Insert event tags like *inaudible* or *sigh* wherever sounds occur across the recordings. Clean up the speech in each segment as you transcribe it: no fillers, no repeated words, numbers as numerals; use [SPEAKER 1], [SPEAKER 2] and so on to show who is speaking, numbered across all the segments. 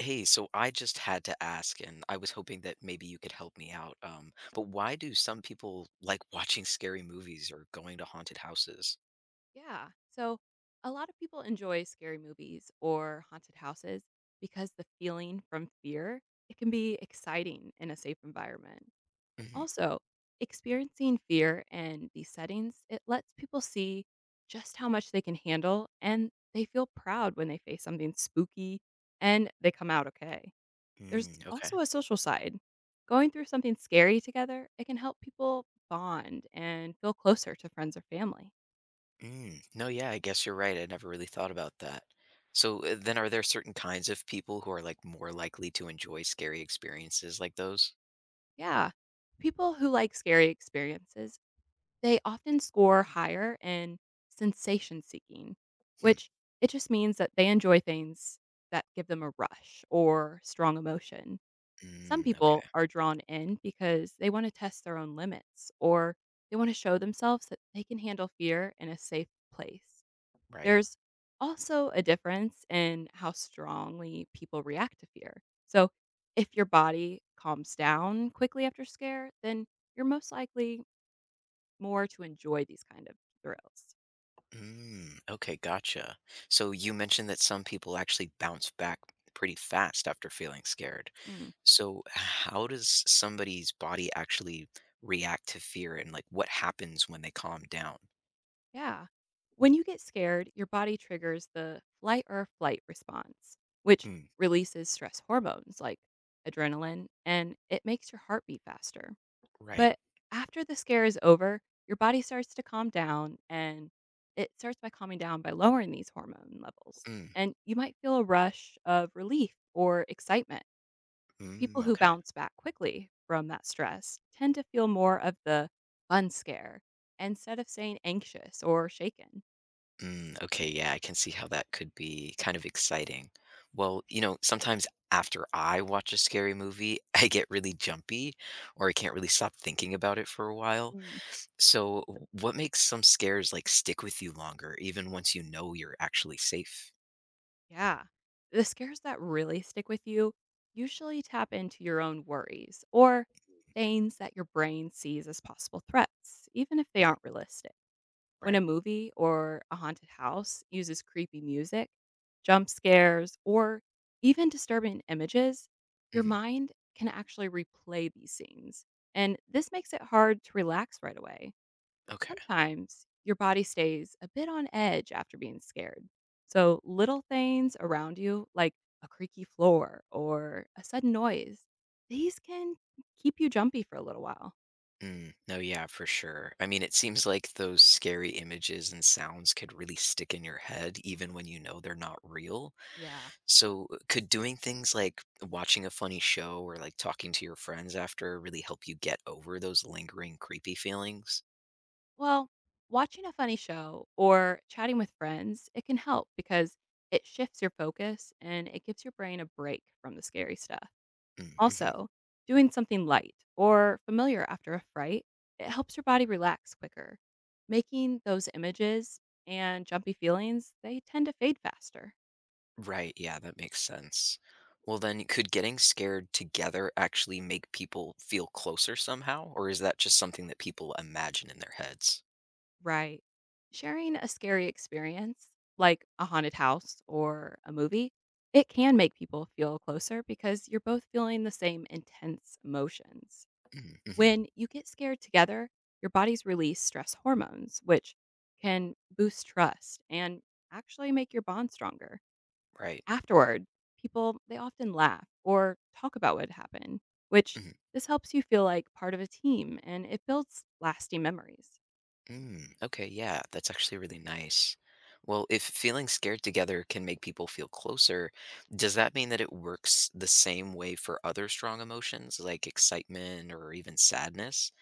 [SPEAKER 1] Hey, so I just had to ask, and I was hoping that maybe you could help me out. But why do some people like *laughs* watching scary movies or going to haunted houses?
[SPEAKER 2] Yeah. So a lot of people enjoy scary movies or haunted houses because the feeling from fear, it can be exciting in a safe environment.
[SPEAKER 1] Mhm.
[SPEAKER 2] Also, experiencing fear in these settings, it lets people see just how much they can handle and they feel proud when they face something spooky and they come out okay. There's
[SPEAKER 1] Mm, okay.
[SPEAKER 2] also a social side. Going through something scary together, it can help people bond and feel closer to friends or family.
[SPEAKER 1] Mm. No, yeah, I guess you're right. I never really thought about that. So then, are there certain kinds of people who are like more likely to enjoy scary experiences like those?
[SPEAKER 2] Yeah. People who like scary experiences, they often score higher in sensation seeking,
[SPEAKER 1] Hmm.
[SPEAKER 2] which it just means that they enjoy things that give them a rush or strong emotion. Some
[SPEAKER 1] Mm, okay.
[SPEAKER 2] people are drawn in because they want to test their own limits or they want to show themselves that they can handle fear in a safe place.
[SPEAKER 1] Right.
[SPEAKER 2] There's also a difference in how strongly people react to fear. So, if your body calms down quickly after scare, then you're most likely more to enjoy these kind of thrills.
[SPEAKER 1] Mm, okay. Gotcha. So you mentioned that some people actually bounce back pretty fast after feeling scared.
[SPEAKER 2] Mm,
[SPEAKER 1] So, how does somebody's body actually react to fear and like what happens when they calm down?
[SPEAKER 2] yeah. When you get scared, your body triggers the flight or flight response, which
[SPEAKER 1] Mm,
[SPEAKER 2] releases stress hormones like adrenaline, and it makes your heart beat faster.
[SPEAKER 1] right.
[SPEAKER 2] But after the scare is over, your body starts to calm down and it starts by calming down by lowering these hormone levels.
[SPEAKER 1] Mm,
[SPEAKER 2] And you might feel a rush of relief or excitement. People
[SPEAKER 1] mm,
[SPEAKER 2] who
[SPEAKER 1] okay.
[SPEAKER 2] bounce back quickly from that stress tend to feel more of the fun scare instead of saying anxious or shaken.
[SPEAKER 1] Mm, okay. Yeah, I can see how that could be kind of exciting. Well, you know, sometimes after I watch a scary movie, *laughs* I get really jumpy or I can't really stop thinking about it for a while.
[SPEAKER 2] Mm,
[SPEAKER 1] So, what makes some scares like stick with you longer, even once you know you're actually safe?
[SPEAKER 2] yeah. The scares that really stick with you usually tap into your own worries or things that your brain sees as possible threats, even if they
[SPEAKER 1] Mm,
[SPEAKER 2] aren't realistic. When a
[SPEAKER 1] right.
[SPEAKER 2] movie or a haunted house uses creepy music, jump scares, or even disturbing images, your
[SPEAKER 1] Hmm.
[SPEAKER 2] mind can actually replay these scenes. And this makes it hard to relax right away.
[SPEAKER 1] Okay.
[SPEAKER 2] Sometimes your body stays a bit on edge after being scared. So little things around you, like a creaky floor or a sudden noise, these can keep you jumpy for a little while.
[SPEAKER 1] Mm. No, yeah, for sure. I mean, it seems like those scary images and sounds could really stick in your head even when you know they're not real.
[SPEAKER 2] Yeah.
[SPEAKER 1] So, could doing things like watching a funny show or like talking to your friends after really help you get over those lingering creepy feelings?
[SPEAKER 2] Well, watching a funny show or chatting with friends, it can help because it shifts your focus and it gives your brain a break from the scary stuff.
[SPEAKER 1] Mm-hmm.
[SPEAKER 2] Also, doing something light or familiar after a fright, it helps your body relax quicker. Making those images and jumpy feelings, they tend to fade faster.
[SPEAKER 1] Right, yeah, that makes sense. Well, then, could getting scared together actually make people feel closer somehow, or is that just something that people imagine in their heads?
[SPEAKER 2] Right. Sharing a scary experience, like a haunted house or a movie, it can make people feel closer because you're both feeling the same intense emotions.
[SPEAKER 1] Mm-hmm.
[SPEAKER 2] When you get scared together, your bodies release stress hormones, which can boost trust and actually make your bond stronger.
[SPEAKER 1] Right.
[SPEAKER 2] Afterward, people they often laugh or talk about what happened, which
[SPEAKER 1] Mhm.
[SPEAKER 2] this helps you feel like part of a team and it builds lasting memories.
[SPEAKER 1] Mm, okay, yeah, that's actually really nice. Well, if feeling scared together can make people feel closer, does that mean that it works the same way for other strong emotions like excitement or even sadness?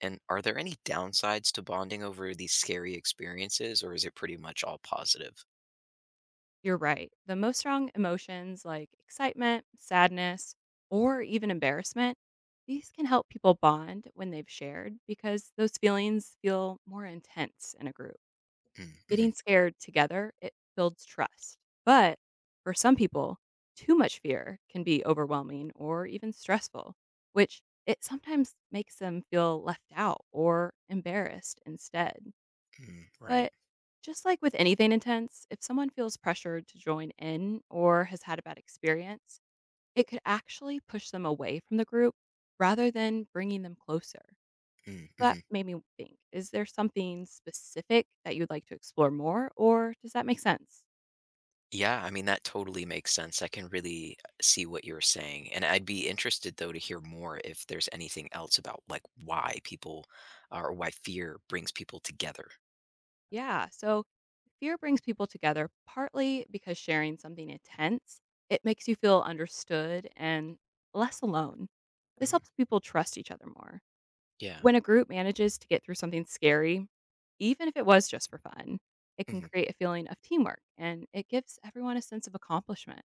[SPEAKER 1] And are there any downsides to bonding over these scary experiences, or is it pretty much all positive?
[SPEAKER 2] You're right. The most strong emotions like excitement, sadness, or even embarrassment, these can help people bond when they've shared because those feelings feel more intense in a group.
[SPEAKER 1] Mm, mhm,
[SPEAKER 2] Getting scared together, it builds trust. But for some people, too much fear can be overwhelming or even stressful, which it sometimes makes them feel left out or embarrassed instead.
[SPEAKER 1] mm, right.
[SPEAKER 2] But just like with anything intense, if someone feels pressured to join in or has had a bad experience, it could actually push them away from the group rather than bringing them closer.
[SPEAKER 1] Mm,
[SPEAKER 2] That
[SPEAKER 1] mhm.
[SPEAKER 2] made me think is there something specific that you'd like to explore more, or does that make sense?
[SPEAKER 1] Yeah, I mean, that totally makes sense. I can really see what you're saying. And I'd be interested, though, to hear more if there's anything else about like why people or why fear brings people together.
[SPEAKER 2] Yeah, so fear brings people together partly because sharing something intense, it makes you feel understood and less alone. This
[SPEAKER 1] Mm,
[SPEAKER 2] helps people trust each other more.
[SPEAKER 1] yeah.
[SPEAKER 2] When a group manages to get through something scary, even if it was just for fun, it can
[SPEAKER 1] Hmm.
[SPEAKER 2] create a feeling of teamwork and it gives everyone a sense of accomplishment.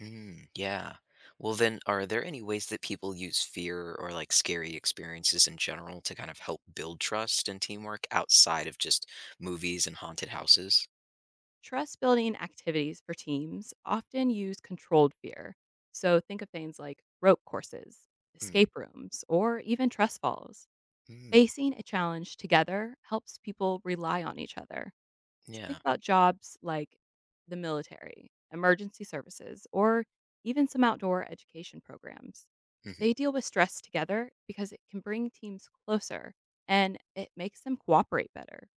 [SPEAKER 1] Mm, yeah. Well, then, are there any ways that people use fear or like scary experiences in general to kind of help build trust and teamwork outside of just movies and haunted houses?
[SPEAKER 2] Trust building activities for teams often use controlled fear. So think of things like rope courses,
[SPEAKER 1] Mm,
[SPEAKER 2] escape rooms, or even trust falls.
[SPEAKER 1] mm,
[SPEAKER 2] Facing a challenge together helps people rely on each other. So think
[SPEAKER 1] yeah.
[SPEAKER 2] about jobs like the military, emergency services, or even some outdoor education programs. They
[SPEAKER 1] Hmm.
[SPEAKER 2] deal with stress together because it can bring teams closer and it makes them cooperate better.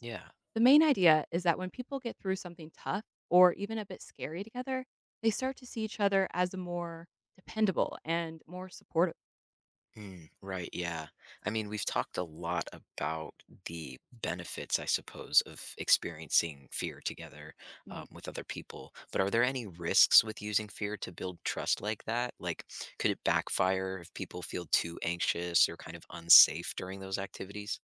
[SPEAKER 1] Yeah.
[SPEAKER 2] The main idea is that when people get through something tough or even a bit scary together, they start to see each other as a more dependable and more supportive.
[SPEAKER 1] Mm, right, yeah. I mean, we've talked a lot about the benefits, I suppose, of experiencing fear together with other people. But are there any risks with using fear to build trust like that? Like, could it backfire if people feel too anxious or kind of unsafe during those activities?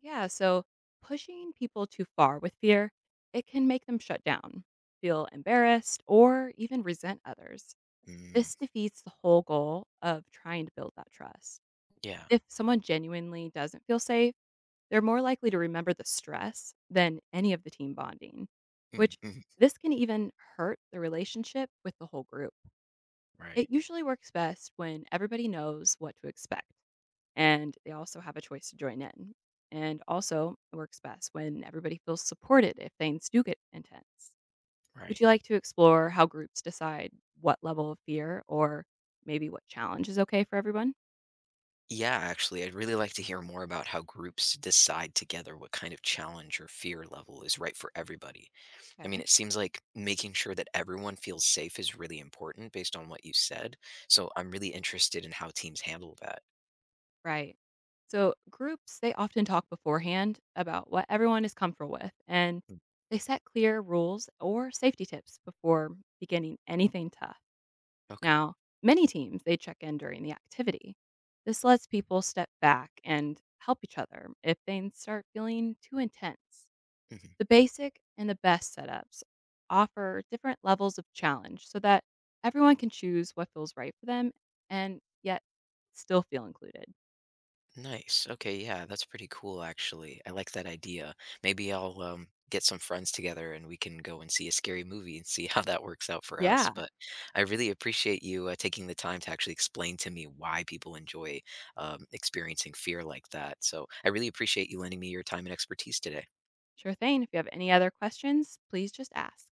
[SPEAKER 2] Yeah, so pushing people too far with fear, it can make them shut down, feel embarrassed, or even resent others.
[SPEAKER 1] Mm,
[SPEAKER 2] This defeats the whole goal of trying to build that trust.
[SPEAKER 1] yeah.
[SPEAKER 2] If someone genuinely doesn't feel safe, they're more likely to remember the stress than any of the team bonding,
[SPEAKER 1] Mm,
[SPEAKER 2] which
[SPEAKER 1] mm,
[SPEAKER 2] this can even hurt the relationship with the whole group. It
[SPEAKER 1] right,
[SPEAKER 2] usually works best when everybody knows what to expect and they also have a choice to join in. And also, it works best when everybody feels supported if things do get intense. Would
[SPEAKER 1] right.
[SPEAKER 2] you like to explore how groups decide what level of fear or maybe what challenge is okay for everyone?
[SPEAKER 1] Yeah, actually, I'd really like to hear more about how groups decide together what kind of challenge or fear level is right for everybody. I mean,
[SPEAKER 2] Okay,
[SPEAKER 1] it seems like making sure that everyone feels safe is really important based on what you said. So I'm really interested in how teams handle that.
[SPEAKER 2] right. So, groups, they often talk beforehand about what everyone is comfortable with and
[SPEAKER 1] Mm.
[SPEAKER 2] they set clear rules or safety tips before beginning anything tough.
[SPEAKER 1] Okay.
[SPEAKER 2] Now, many teams, they check in during the activity. This lets people step back and help each other if they start feeling too intense.
[SPEAKER 1] Mhm.
[SPEAKER 2] The basic and the best setups offer different levels of challenge so that everyone can choose what feels right for them and yet still feel included.
[SPEAKER 1] Nice. Okay, yeah, that's pretty cool actually. I like that idea. Maybe I'll get some friends together and we can go and see a scary movie and see *laughs* how that works out for us.
[SPEAKER 2] Yeah,
[SPEAKER 1] But I really appreciate you taking the time to actually explain to me why people enjoy experiencing fear like that. So I really appreciate you lending me your time and expertise today.
[SPEAKER 2] sure thing. If you have any other questions, please just ask.